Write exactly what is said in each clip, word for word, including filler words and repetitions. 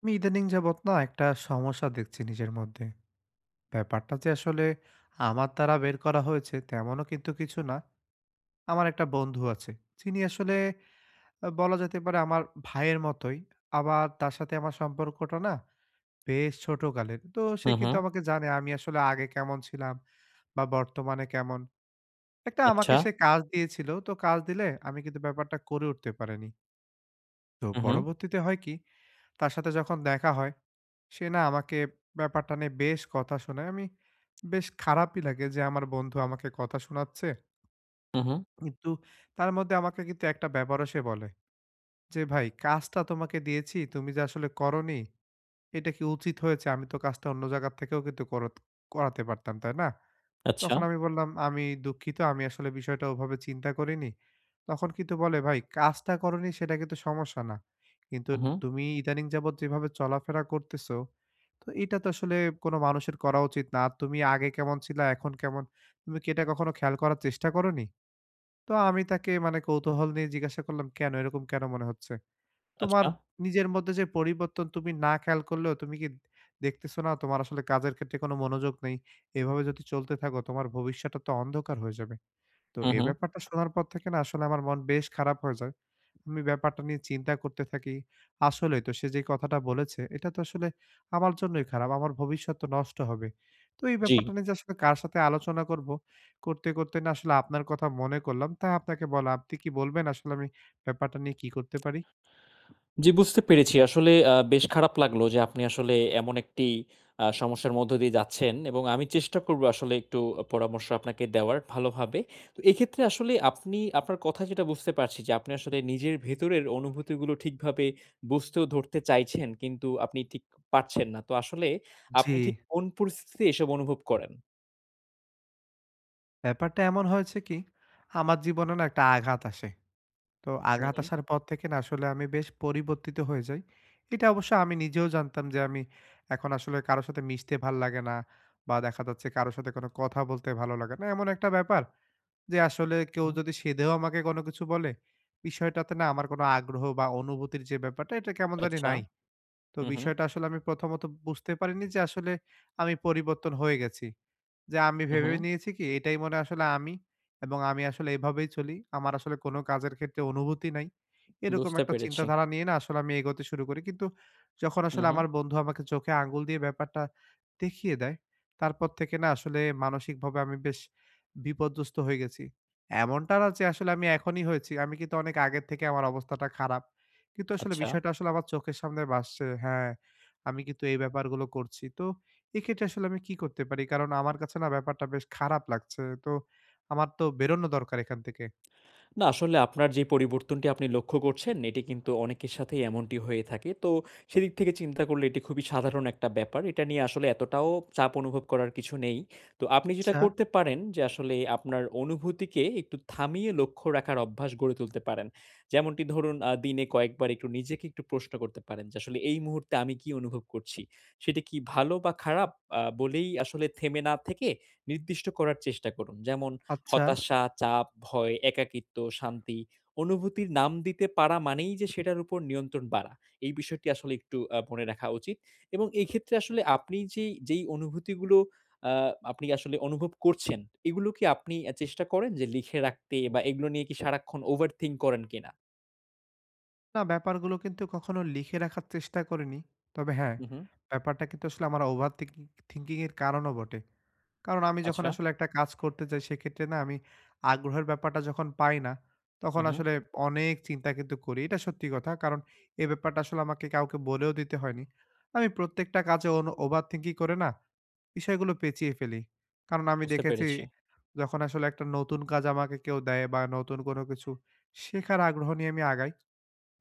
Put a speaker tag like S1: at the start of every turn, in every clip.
S1: আমি ইদানিং যাবৎ না একটা সমস্যা দেখছি নিজের মধ্যে। ব্যাপারটা যে আসলে আমার দ্বারা বের করা হয়েছে তেমনও কিন্তু কিছু না। আমার একটা বন্ধু আছে। যিনি আসলে আ বলা যেতে পারে আমার ভাইয়ের মতোই। আবার তার সাথে আমার সম্পর্কটা না বেশ ছোটকালের। তো সে
S2: হুম,
S1: কিন্তু
S2: হুম।
S1: আমাকে জানে আমি আসলে আগে কেমন ছিলাম বা বর্তমানে কেমন। একটা আমাকে
S2: আচ্ছা।
S1: সে কাজ দিয়েছিল। তো কাজ দিলে আমি কিন্তু ব্যাপারটা করে উঠতে পারিনি। তো
S2: হুম, হুম,
S1: পরবর্তীতে হয় কি তার সাথে যখন দেখা হয় সে না আমাকে ব্যাপারটা নিয়ে বেশ কথা শোনায়। আমি বেশ খারাপই লাগে যে আমার বন্ধু আমাকে কথা শোনাচ্ছে।
S2: হুম, হুম।
S1: কিন্তু তার মধ্যে আমাকে কিন্তু একটা ব্যাপারও সে বলে যে, "ভাই কাজটা তোমাকে দিয়েছি, তুমি যে আসলে করোনি, এটা কি উচিত হয়েছে? আমি তো কাজটা অন্য জায়গার থেকেও কিন্তু করত করাতে পারতাম, তাই না?"
S2: আচ্ছা।
S1: তখন আমি বললাম, "আমি দুঃখিত। আমি আসলে বিষয়টা ওভাবে চিন্তা করিনি।" তখন কিন্তু বলে, "ভাই কাজটা করোনি সেটা কিন্তু সমস্যা না। কিন্তু
S2: হুম, হুম।
S1: তুমি ইদানিং যাবৎ যেভাবে চলাফেরা করতেছো, তো এটা তো আসলে কোনো মানুষের করা উচিত না। আর তুমি আগে কেমন ছিলা, এখন কেমন? তুমি কি এটা কখনো খেয়াল করার চেষ্টা করোনি?" তো আমি তাকে মানে কৌতূহল নিয়ে জিজ্ঞাসা করলাম, "কেন? এরকম কেন মনে হচ্ছে?" তোমার
S2: আচ্ছা।
S1: নিজের মধ্যে যে পরিবর্তন তুমি না খেয়াল করলেও তুমি কি দেখতেছো না তোমার আসলে কাজের ক্ষেত্রে কোনো মনোযোগ নেই। এভাবে যদি চলতে থাকো তোমার ভবিষ্যৎটা তো অন্ধকার হয়ে যাবে। তো
S2: হুম,
S1: এই
S2: হুম।
S1: ব্যাপারটা শোনার পর থেকে না আসলে আমার মন বেশ খারাপ হয়ে যায়। আমি ব্যাপারটা নিয়ে চিন্তা করতে থাকি। আসলেই তো সে যে কথাটা বলেছে এটা তো আসলে আমার জন্যই খারাপ। আমার ভবিষ্যৎ তো নষ্ট হবে। তো এই
S2: জি।
S1: ব্যাপারটা নিয়ে যে আসলে কার সাথে আলোচনা করব, করতে, করতে না আসলে আপনার কথা মনে করলাম। তাই আপনাকে বলা। আপনি কি বলবেন আসলে আমি ব্যাপারটা নিয়ে কি করতে পারি?
S2: জি, বুঝতে পেরেছি। আসলে আ বেশ খারাপ লাগলো যে আপনি আসলে এমন একটি আ সমস্যার মধ্য দিয়ে যাচ্ছেন এবং আমি চেষ্টা করব আসলে একটু পরামর্শ আপনাকে দেওয়ার ভালোভাবে। তো এক্ষেত্রে আসলে আপনি আপনার কথা যেটা বুঝতে পারছি যে আপনি আসলে নিজের ভেতরের অনুভূতিগুলো ঠিকভাবে বুঝতে ও ধরতে চাইছেন কিন্তু আপনি ঠিক পারছেন না। তো আসলে
S1: জি।
S2: আপনি ঠিক কোন পরিস্থিতিতে এসব অনুভব করেন?
S1: ব্যাপারটা এমন হয়েছে কি, আমার জীবনে না একটা আঘাত আসে। তো
S2: হুম,
S1: আঘাত
S2: হুম,
S1: আসার পর থেকে না আসলে আমি বেশ পরিবর্তিত হয়ে যাই। এটা অবশ্য আমি নিজেও জানতাম যে আমি এখন আসলে কারো সাথে মিশতে ভাল লাগে না বা দেখা যাচ্ছে কারো সাথে কোনো কথা বলতে ভালো লাগে না। এমন একটা ব্যাপার যে আসলে কেউ
S2: হুম।
S1: যদি সেধেও আমাকে কোনো কিছু বলে, বিষয়টাতে না আমার কোনো আগ্রহ বা অনুভূতির যে ব্যাপারটা এটা কেমন জানি
S2: আচ্ছা।
S1: নাই। তো
S2: হুম, হুম,
S1: বিষয়টা আসলে আমি প্রথমত বুঝতে পারিনি যে আসলে আমি পরিবর্তন হয়ে গেছি। যে আমি
S2: হুম,
S1: ভেবে
S2: হুম।
S1: নিয়েছি কি এটাই মনে হয় আসলে আমি এবং আমি আসলে এভাবেই চলি। আমার আসলে কোনো কাজের ক্ষেত্রে অনুভূতি নাই। এরকম
S2: বুঝতে
S1: একটা
S2: পেরেছি।
S1: চিন্তাধারা নিয়ে না আসলে আমি এগোতে শুরু করি। কিন্তু যখন
S2: হু,
S1: আসলে
S2: হু।
S1: আমার বন্ধু আমাকে চোখে আঙ্গুল দিয়ে ব্যাপারটা দেখিয়ে দেয়, তারপর থেকে না আসলে মানসিকভাবে আমি বেশ বিপর্যস্ত হয়ে গেছি। এমনটা না যে আসলে আমি এখনই হয়েছি। আমি কিন্তু অনেক আগের থেকে আমার অবস্থাটা খারাপ। কিন্তু আসলে
S2: আচ্ছা।
S1: বিষয়টা আসলে আমার চোখের সামনে ভাসছে। হ্যাঁ, আমি কিন্তু এই ব্যাপারগুলো করছি। তো এক্ষেত্রে আসলে আমি কি করতে পারি? কারণ আমার কাছে না ব্যাপারটা বেশ খারাপ লাগছে। তো আমার তো বেরোনো দরকার এখান থেকে।
S2: না আসলে আপনার যে পরিবর্তনটি আপনি লক্ষ্য করছেন এটি কিন্তু অনেকের সাথেই এমনটি হয়ে থাকে। তো সেদিক থেকে চিন্তা করলে এটি খুবই সাধারণ একটা ব্যাপার। এটা নিয়ে আসলে এতটাও চাপ অনুভব করার কিছু নেই। তো আপনি যেটা
S1: আচ্ছা,
S2: করতে পারেন যে আসলে আপনার অনুভূতিকে একটু থামিয়ে লক্ষ্য রাখার অভ্যাস গড়ে তুলতে পারেন। যেমনটি ধরুন আ দিনে কয়েকবার একটু নিজেকে একটু প্রশ্ন করতে পারেন যে আসলে এই মুহূর্তে আমি কি অনুভব করছি? সেটা কি ভালো বা খারাপ আ বলেই আসলে থেমে না থেকে নির্দিষ্ট করার চেষ্টা করুন। যেমন
S1: আচ্ছা।
S2: হতাশা, চাপ, ভয়, একাকিত্ব, শান্তি অনুভূতির নাম দিতে পারা মানেই যে সেটার উপর নিয়ন্ত্রণ বাড়া। এই বিষয়টি আসলে একটু আ মনে রাখা উচিত এবং এই ক্ষেত্রে আসলে আপনি যেই, যেই অনুভূতিগুলো আ আপনি আসলে অনুভব করছেন, এগুলো কি আপনি আ চেষ্টা করেন যে লিখে রাখতে বা এগুলো নিয়ে কি সারাক্ষণ ওভারথিংক করেন কিনা?
S1: না ব্যাপারগুলো কিন্তু কখনো লিখে রাখার চেষ্টা করিনি। তবে হ্যাঁ,
S2: হু, হু।
S1: ব্যাপারটা কিন্তু আসলে আমার ওভার থিংকিং থিংকিং এর কারণও বটে। কারণ আমি যখন
S2: আচ্ছা।
S1: আসলে একটা কাজ করতে যাই সেক্ষেত্রে না আমি আগ্রহের ব্যাপারটা যখন পাই না,
S2: হু,
S1: তখন
S2: হু।
S1: আসলে অনেক চিন্তা কিন্তু করি। এটা সত্যি কথা। কারণ এই ব্যাপারটা আসলে আমাকে কাউকে বলেও দিতে হয়নি। আমি প্রত্যেকটা কাজে অনু ওভারথিংকিং করে না বিষয়গুলো পেঁচিয়ে ফেলি। কারণ আমি
S2: বুঝতে
S1: দেখেছি
S2: পেরেছি।
S1: যখন আসলে একটা নতুন কাজ আমাকে কেউ দেয় বা নতুন কোনো কিছু শেখার আগ্রহ নিয়ে আমি আগাই,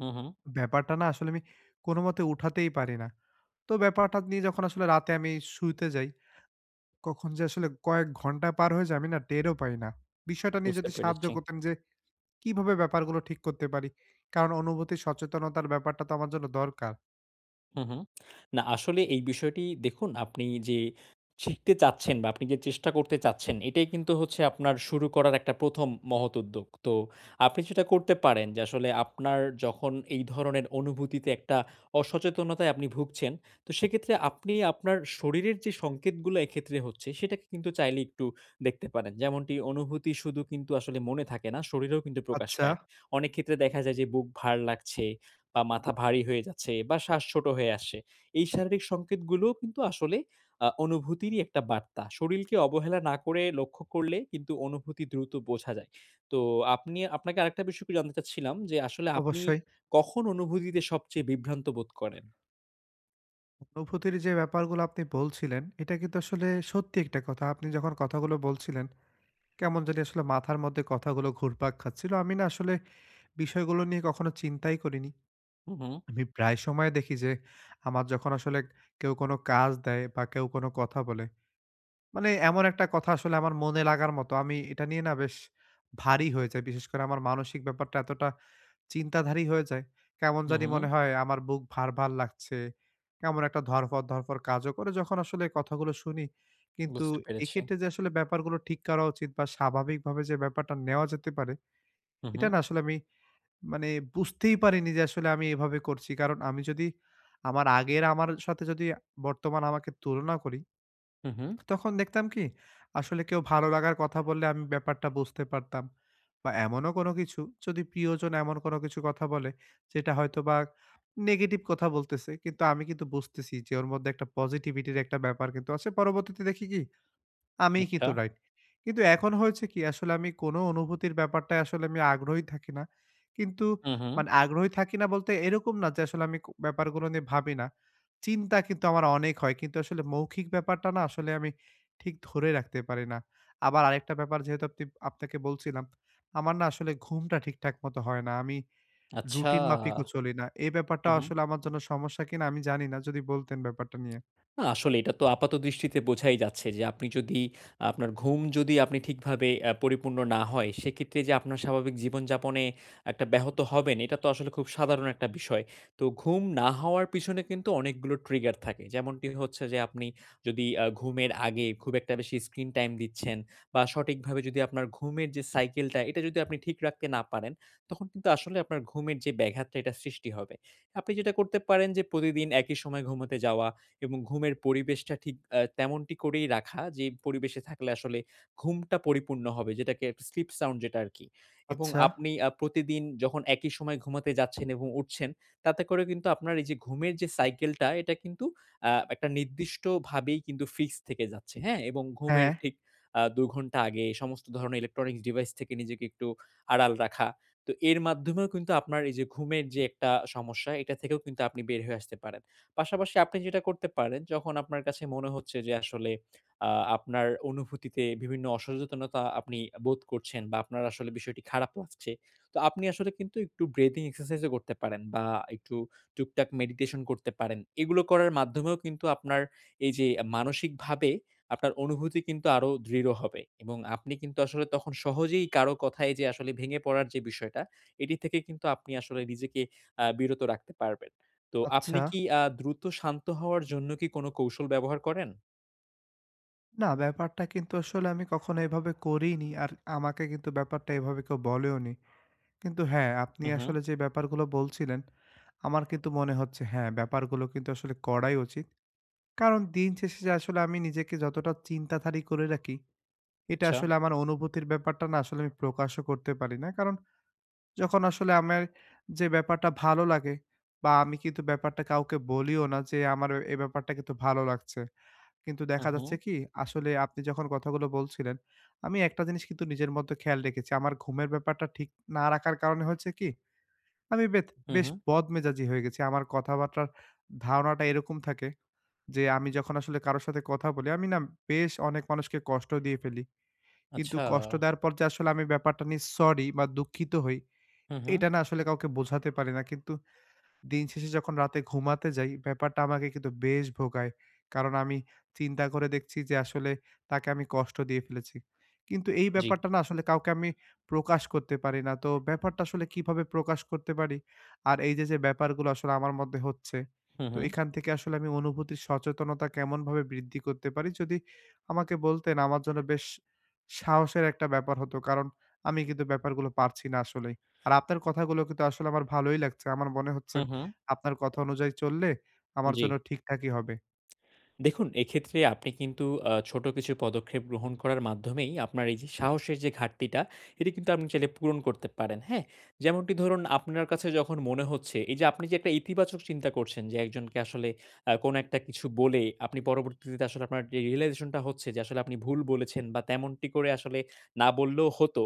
S2: হু, হু।
S1: ব্যাপারটা না আসলে আমি কোনোমতে উঠাতেই পারি না। তো ব্যাপারটা নিয়ে যখন আসলে রাতে আমি শুইতে যাই কখন যে আসলে কয়েক ঘন্টা পার হয়ে যায় আমি না টেরও পাই না। বিষয়টা নিয়ে
S2: বুঝতে
S1: যদি সাহায্য
S2: পেরেছি।
S1: করতেন যে কিভাবে ব্যাপারগুলো ঠিক করতে পারি? কারণ অনুভূতি সচেতনতার ব্যাপারটা তো আমার জন্য দরকার।
S2: হুম, হুম। না আসলে এই বিষয়টি দেখুন আপনি যে শিখতে চাচ্ছেন বা আপনি যে চেষ্টা করতে চাচ্ছেন এটাই কিন্তু হচ্ছে আপনার শুরু করার একটা প্রথম মহৎ উদ্যোগ। তো আপনি যেটা করতে পারেন যে আসলে আপনার যখন এই ধরনের অনুভূতিতে একটা অসচেতনতায় আপনি ভুগছেন, তো সেক্ষেত্রে আপনি আপনার শরীরের যে সংকেতগুলো এক্ষেত্রে হচ্ছে সেটাকে কিন্তু চাইলে একটু দেখতে পারেন। যেমনটি অনুভূতি শুধু কিন্তু আসলে মনে থাকে না, শরীরেও কিন্তু প্রকাশ
S1: আচ্ছা।
S2: পায়। অনেক ক্ষেত্রে দেখা যায় যে বুক ভার লাগছে বা মাথা ভারী হয়ে যাচ্ছে বা শ্বাস ছোট হয়ে আসছে। এই শারীরিক সংকেতগুলোও কিন্তু আসলে আ অনুভূতিরই একটা বার্তা। শরীরকে অবহেলা না করে লক্ষ্য করলে কিন্তু অনুভূতি দ্রুত বোঝা যায়। তো আপনি আপনাকে আরেকটা বিষয় একটু জানতে চাচ্ছিলাম যে আসলে আপনি
S1: অবশ্যই।
S2: কখন অনুভূতিতে সবচেয়ে বিভ্রান্ত বোধ করেন?
S1: অনুভূতির যে ব্যাপারগুলো আপনি বলছিলেন, এটা কিন্তু আসলে সত্যি একটা কথা। আপনি যখন কথাগুলো বলছিলেন, কেমন জানি আসলে মাথার মধ্যে কথাগুলো ঘুরপাক খাচ্ছিল। আমি না আসলে বিষয়গুলো নিয়ে কখনো চিন্তাই করিনি।
S2: হু, হু,
S1: আমি প্রায় সময় দেখি যে আমার যখন আসলে কেউ কোনো কাজ দেয় বা কেউ কোনো কথা বলে মানে এমন একটা কথা আসলে আমার মনে লাগার মতো। আমি এটা নিয়ে না বেশ ভারী হয়ে যাই। বিশেষ করে আমার মানসিক ব্যাপারটা এতটা চিন্তাধারী হয়ে যায়। কেমন
S2: হু,
S1: জানি
S2: হু,
S1: মনে হয় আমার বুক ভার, ভার লাগছে। কেমন একটা ধরফর, ধরফর কাজও করে যখন আসলে কথাগুলো শুনি। কিন্তু
S2: বুঝতে পেরেছি।
S1: এক্ষেত্রে যে আসলে ব্যাপারগুলো ঠিক করা উচিত বা স্বাভাবিকভাবে যে ব্যাপারটা নেওয়া যেতে পারে,
S2: হু, হু,
S1: এটা না আসলে আমি মানে বুঝতেই পারিনি যে আসলে আমি এভাবে করছি। কারণ আমি যদি আমার আগের আমার সাথে যদি বর্তমান আমাকে তুলনা করি,
S2: হু, হু,
S1: তখন দেখতাম কি আসলে কেউ ভালো লাগার কথা বললে আমি ব্যাপারটা বুঝতে পারতাম বা এমনও কোনো কিছু যদি প্রিয়জন এমন কোনো কিছু কথা বলে যেটা হয়তো বা নেগেটিভ কথা বলতেছে কিন্তু আমি কিন্তু বুঝতেছি যে ওর মধ্যে একটা পজিটিভিটির একটা ব্যাপার কিন্তু আছে পরবর্তীতে দেখি কি আমিই
S2: আচ্ছা,
S1: কিন্তু রাইট। কিন্তু এখন হয়েছে কি আসলে আমি কোনো অনুভূতির ব্যাপারটায় আসলে আমি আগ্রহী থাকি না। কিন্তু
S2: হু, হু,
S1: মানে আগ্রহী থাকি না বলতে এরকম না যে আসলে আমি ক ব্যাপারগুলো নিয়ে ভাবি না। চিন্তা কিন্তু আমার অনেক হয়। কিন্তু আসলে মৌখিক ব্যাপারটা না আসলে আমি ঠিক ধরে রাখতে পারি না। আবার আরেকটা ব্যাপার যেহেতু আপনি আপনাকে বলছিলাম, আমার না আসলে ঘুমটা ঠিকঠাক মতো হয় না। আমি
S2: আচ্ছা,
S1: রুটিন মাফিকও চলি না। এই ব্যাপারটা
S2: হু, হু।
S1: আসলে আমার জন্য সমস্যা কিনা আমি জানি না। যদি বলতেন ব্যাপারটা নিয়ে?
S2: না আসলে এটা তো আপাতদৃষ্টিতে বোঝাই যাচ্ছে যে আপনি যদি আপনার ঘুম যদি আপনি ঠিকভাবে আ পরিপূর্ণ না হয়, সেক্ষেত্রে যে আপনার স্বাভাবিক জীবনযাপনে একটা ব্যাহত হবেন, এটা তো আসলে খুব সাধারণ একটা বিষয়। তো ঘুম না হওয়ার পিছনে কিন্তু অনেকগুলো ট্রিগার থাকে। যেমনটি হচ্ছে যে আপনি যদি আ ঘুমের আগে খুব একটা বেশি স্ক্রিন টাইম দিচ্ছেন বা সঠিকভাবে যদি আপনার ঘুমের যে সাইকেলটা, এটা যদি আপনি ঠিক রাখতে না পারেন, তখন কিন্তু আসলে আপনার ঘুমের যে ব্যাঘাতটা এটা সৃষ্টি হবে। আপনি যেটা করতে পারেন যে প্রতিদিন একই সময়ে ঘুমোতে যাওয়া এবং ঘুমের পরিবেশটা ঠিক আ তেমনটি করেই রাখা যে পরিবেশে থাকলে আসলে ঘুমটা পরিপূর্ণ হবে যেটাকে একটা স্লিপ সাউন্ড যেটা আরকি। এবং
S1: আচ্ছা,
S2: আপনি আ প্রতিদিন যখন একই সময়ে ঘুমাতে যাচ্ছেন এবং উঠছেন তাতে করে কিন্তু আপনার এই যে ঘুমের যে সাইকেলটা এটা কিন্তু আ একটা নির্দিষ্টভাবেই কিন্তু ফিক্স থেকে যাচ্ছে, হ্যাঁ? এবং
S1: হ্যাঁ।
S2: ঘুমের ঠিক আ দুই ঘন্টা আগে সমস্ত ধরনের ইলেকট্রনিক্স ডিভাইস থেকে নিজেকে একটু আড়াল রাখা। তো এর মাধ্যমেও কিন্তু আপনার এই যে ঘুমের যে একটা সমস্যা এটা থেকেও কিন্তু আপনি বের হয়ে আসতে পারেন। পাশাপাশি আপনি যেটা করতে পারেন, যখন আপনার কাছে মনে হচ্ছে যে আসলে আ আপনার অনুভূতিতে বিভিন্ন অসচেতনতা আপনি বোধ করছেন বা আপনার আসলে বিষয়টি খারাপ লাগছে। তো আপনি আসলে কিন্তু একটু ব্রেদিং এক্সারসাইজ ও করতে পারেন বা একটু টুকটাক মেডিটেশন করতে পারেন। এগুলো করার মাধ্যমেও কিন্তু আপনার এই যে মানসিকভাবে আপনার অনুভূতি কিন্তু আরো দৃঢ় হবে এবং আপনি কিন্তু আসলে তখন সহজেই কারো কথায় যে আসলে ভেঙে পড়ার যে বিষয়টা, এটি থেকে কিন্তু আপনি আসলে নিজেকে আ বিরত রাখতে পারবেন। তো আপনি
S1: আচ্ছা।
S2: কি আ দ্রুত শান্ত হওয়ার জন্য কি কোনো কৌশল ব্যবহার করেন?
S1: না, ব্যাপারটা কিন্তু আসলে আমি কখনো এভাবে করিনি। আর আমাকে কিন্তু ব্যাপারটা এভাবে কেউ বলেওনি। কিন্তু হ্যাঁ, আপনি
S2: হু, হু।
S1: আসলে যে ব্যাপারগুলো বলছিলেন, আমার কিন্তু মনে হচ্ছে হ্যাঁ, ব্যাপারগুলো কিন্তু আসলে করাই উচিত। কারণ দিন শেষে যে আসলে আমি নিজেকে যতটা চিন্তাধারী করে রাখি, এটা
S2: আচ্ছা।
S1: আসলে আমার অনুভূতির ব্যাপারটা না আসলে আমি প্রকাশও করতে পারি না। কারণ যখন আসলে আমার যে ব্যাপারটা ভালো লাগে বা আমি কিন্তু ব্যাপারটা কাউকে বলিও না যে আমার এ ব্যাপারটা কিন্তু ভালো লাগছে। কিন্তু
S2: হু,
S1: দেখা
S2: হু।
S1: যাচ্ছে কি আসলে আপনি যখন কথাগুলো বলছিলেন, আমি একটা জিনিস কিন্তু নিজের মধ্যে খেয়াল রেখেছি। আমার ঘুমের ব্যাপারটা ঠিক না রাখার কারণে হয়েছে কি, আমি বেথ
S2: হু,
S1: বেশ
S2: হু।
S1: বদমেজাজি হয়ে গেছি। আমার কথাবার্তার ধারণাটা এরকম থাকে যে, আমি যখন আসলে কারো সাথে কথা বলি, আমি না বেশ অনেক মানুষকে কষ্ট দিয়ে ফেলি। কিন্তু
S2: আচ্ছা।
S1: কষ্ট দেওয়ার পর যে আসলে আমি ব্যাপারটা নিয়ে সরি বা দুঃখিত হই,
S2: হু, হু।
S1: এটা না আসলে কাউকে বোঝাতে পারি না। কিন্তু দিন শেষে যখন রাতে ঘুমাতে যাই, ব্যাপারটা আমাকে কিন্তু বেশ ভোগায়। কারণ আমি চিন্তা করে দেখছি যে আসলে তাকে আমি কষ্ট দিয়ে ফেলেছি। কিন্তু এই
S2: জি।
S1: ব্যাপারটা না আসলে কাউকে আমি প্রকাশ করতে পারি না। তো ব্যাপারটা আসলে কিভাবে প্রকাশ করতে পারি? আর এই যে, যে ব্যাপারগুলো আসলে আমার মধ্যে হচ্ছে,
S2: হু,
S1: তো
S2: হু।
S1: এখান থেকে আসলে আমি অনুভূতির সচেতনতা কেমনভাবে বৃদ্ধি করতে পারি? যদি আমাকে বলতেন আমার জন্য বেশ সাহসের একটা ব্যাপার হতো। কারণ আমি কিন্তু ব্যাপারগুলো পারছি না আসলেই। আর আপনার কথাগুলো কিন্তু আসলে আমার ভালোই লাগছে। আমার মনে হচ্ছে
S2: হু, হু।
S1: আপনার কথা অনুযায়ী চললে আমার
S2: জি।
S1: জন্য ঠিকঠাকই হবে।
S2: দেখুন, এক্ষেত্রে আপনি কিন্তু আ ছোট কিছু পদক্ষেপ গ্রহণ করার মাধ্যমেই আপনার এই যে সাহসের যে ঘাটতিটা, এটি কিন্তু আপনি চাইলে পূরণ করতে পারেন, হ্যাঁ? যেমনটি ধরুন আপনার কাছে যখন মনে হচ্ছে এই যে আপনি যে একটা ইতিবাচক চিন্তা করছেন যে একজনকে আসলে আ কোনো একটা কিছু বলে আপনি পরবর্তীতে আসলে আপনার যে realization টা হচ্ছে যে আসলে আপনি ভুল বলেছেন বা তেমনটি করে আসলে না বললেও হতো,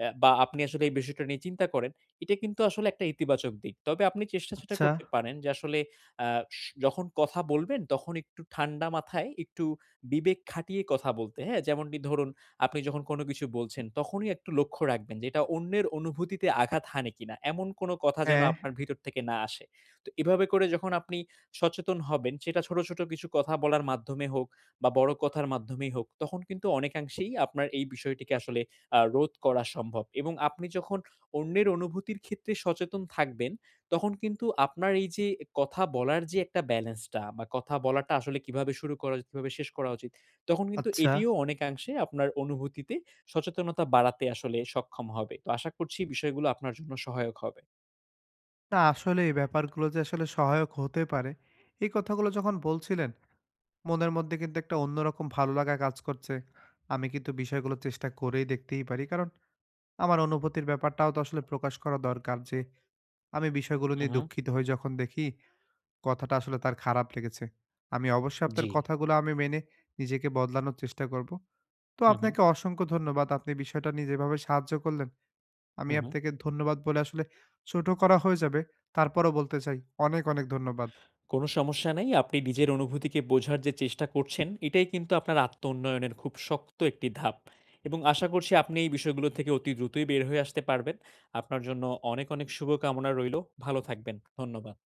S2: অ্যা বা আপনি আসলে এই বিষয়টা নিয়ে চিন্তা করেন, এটা কিন্তু আসলে একটা ইতিবাচক দিক। তবে আপনি চেষ্টা যেটা
S1: আচ্ছা,
S2: করতে পারেন যে আসলে আ স যখন কথা বলবেন তখন একটু ঠান্ডা মাথায় একটু বিবেক খাটিয়ে কথা বলতে, হ্যাঁ? যেমনটি ধরুন আপনি যখন কোনো কিছু বলছেন তখনই একটু লক্ষ্য রাখবেন যে এটা অন্যের অনুভূতিতে আঘাত হানে কিনা। এমন কোনো কথা যেন
S1: হ্যাঁ।
S2: আপনার ভিতর থেকে না আসে। তো এভাবে করে যখন আপনি সচেতন হবেন সেটা ছোট, ছোট কিছু কথা বলার মাধ্যমে হোক বা বড় কথার মাধ্যমেই হোক তখন কিন্তু অনেকাংশেই আপনার এই বিষয়টিকে আসলে আ রোধ করা সম্ভব এবং আপনি যখন অন্যের অনুভূতির ক্ষেত্রে সচেতন থাকবেন তখন কিন্তু আপনার এই যে কথা বলার যে একটা ব্যালেন্সটা বা কথা বলাটা আসলে কিভাবে শুরু করা উচিত, কিভাবে শেষ করা উচিত, তখন কিন্তু
S1: আচ্ছা।
S2: এটিও অনেকাংশে আপনার অনুভূতিতে সচেতনতা বাড়াতে আসলে সক্ষম হবে। তো আশা করছি বিষয়গুলো আপনার জন্য সহায়ক হবে।
S1: না আসলে এই ব্যাপারগুলো যে আসলে সহায়ক হতে পারে, এই কথাগুলো যখন বলছিলেন, মনের মধ্যে কিন্তু একটা অন্যরকম ভালো লাগা কাজ করছে। আমি কিন্তু বিষয়গুলো চেষ্টা করেই দেখতেই পারি। কারণ আমার অনুভূতির ব্যাপারটাও তো আসলে প্রকাশ করা দরকার যে, আমি বিষয়গুলো
S2: হুম,
S1: নিয়ে
S2: হুম।
S1: দুঃখিত হই যখন দেখি কথাটা আসলে তার খারাপ লেগেছে। আমি অবশ্যই আপনার
S2: জি।
S1: কথাগুলো আমি মেনে নিজেকে বদলানোর চেষ্টা করব। তো
S2: হুম, হুম।
S1: আপনাকে অসংখ্য ধন্যবাদ। আপনি বিষয়টা নিয়ে যেভাবে সাহায্য করলেন আমি
S2: হুম, হুম।
S1: আপনাকে ধন্যবাদ বলে আসলে ছোট করা হয়ে যাবে। তারপরও বলতে চাই অনেক, অনেক ধন্যবাদ।
S2: কোনো সমস্যা নাই। আপনি নিজের অনুভূতিকে বোঝার যে চেষ্টা করছেন, এটাই কিন্তু আপনার আত্মউন্নয়নের খুব শক্ত একটি ধাপ। এবং আশা করছি আপনি এই বিষয়গুলো থেকে অতি দ্রুতই বের হয়ে আসতে পারবেন। আপনার জন্য অনেক, অনেক শুভকামনা রইলো। ভালো থাকবেন। ধন্যবাদ।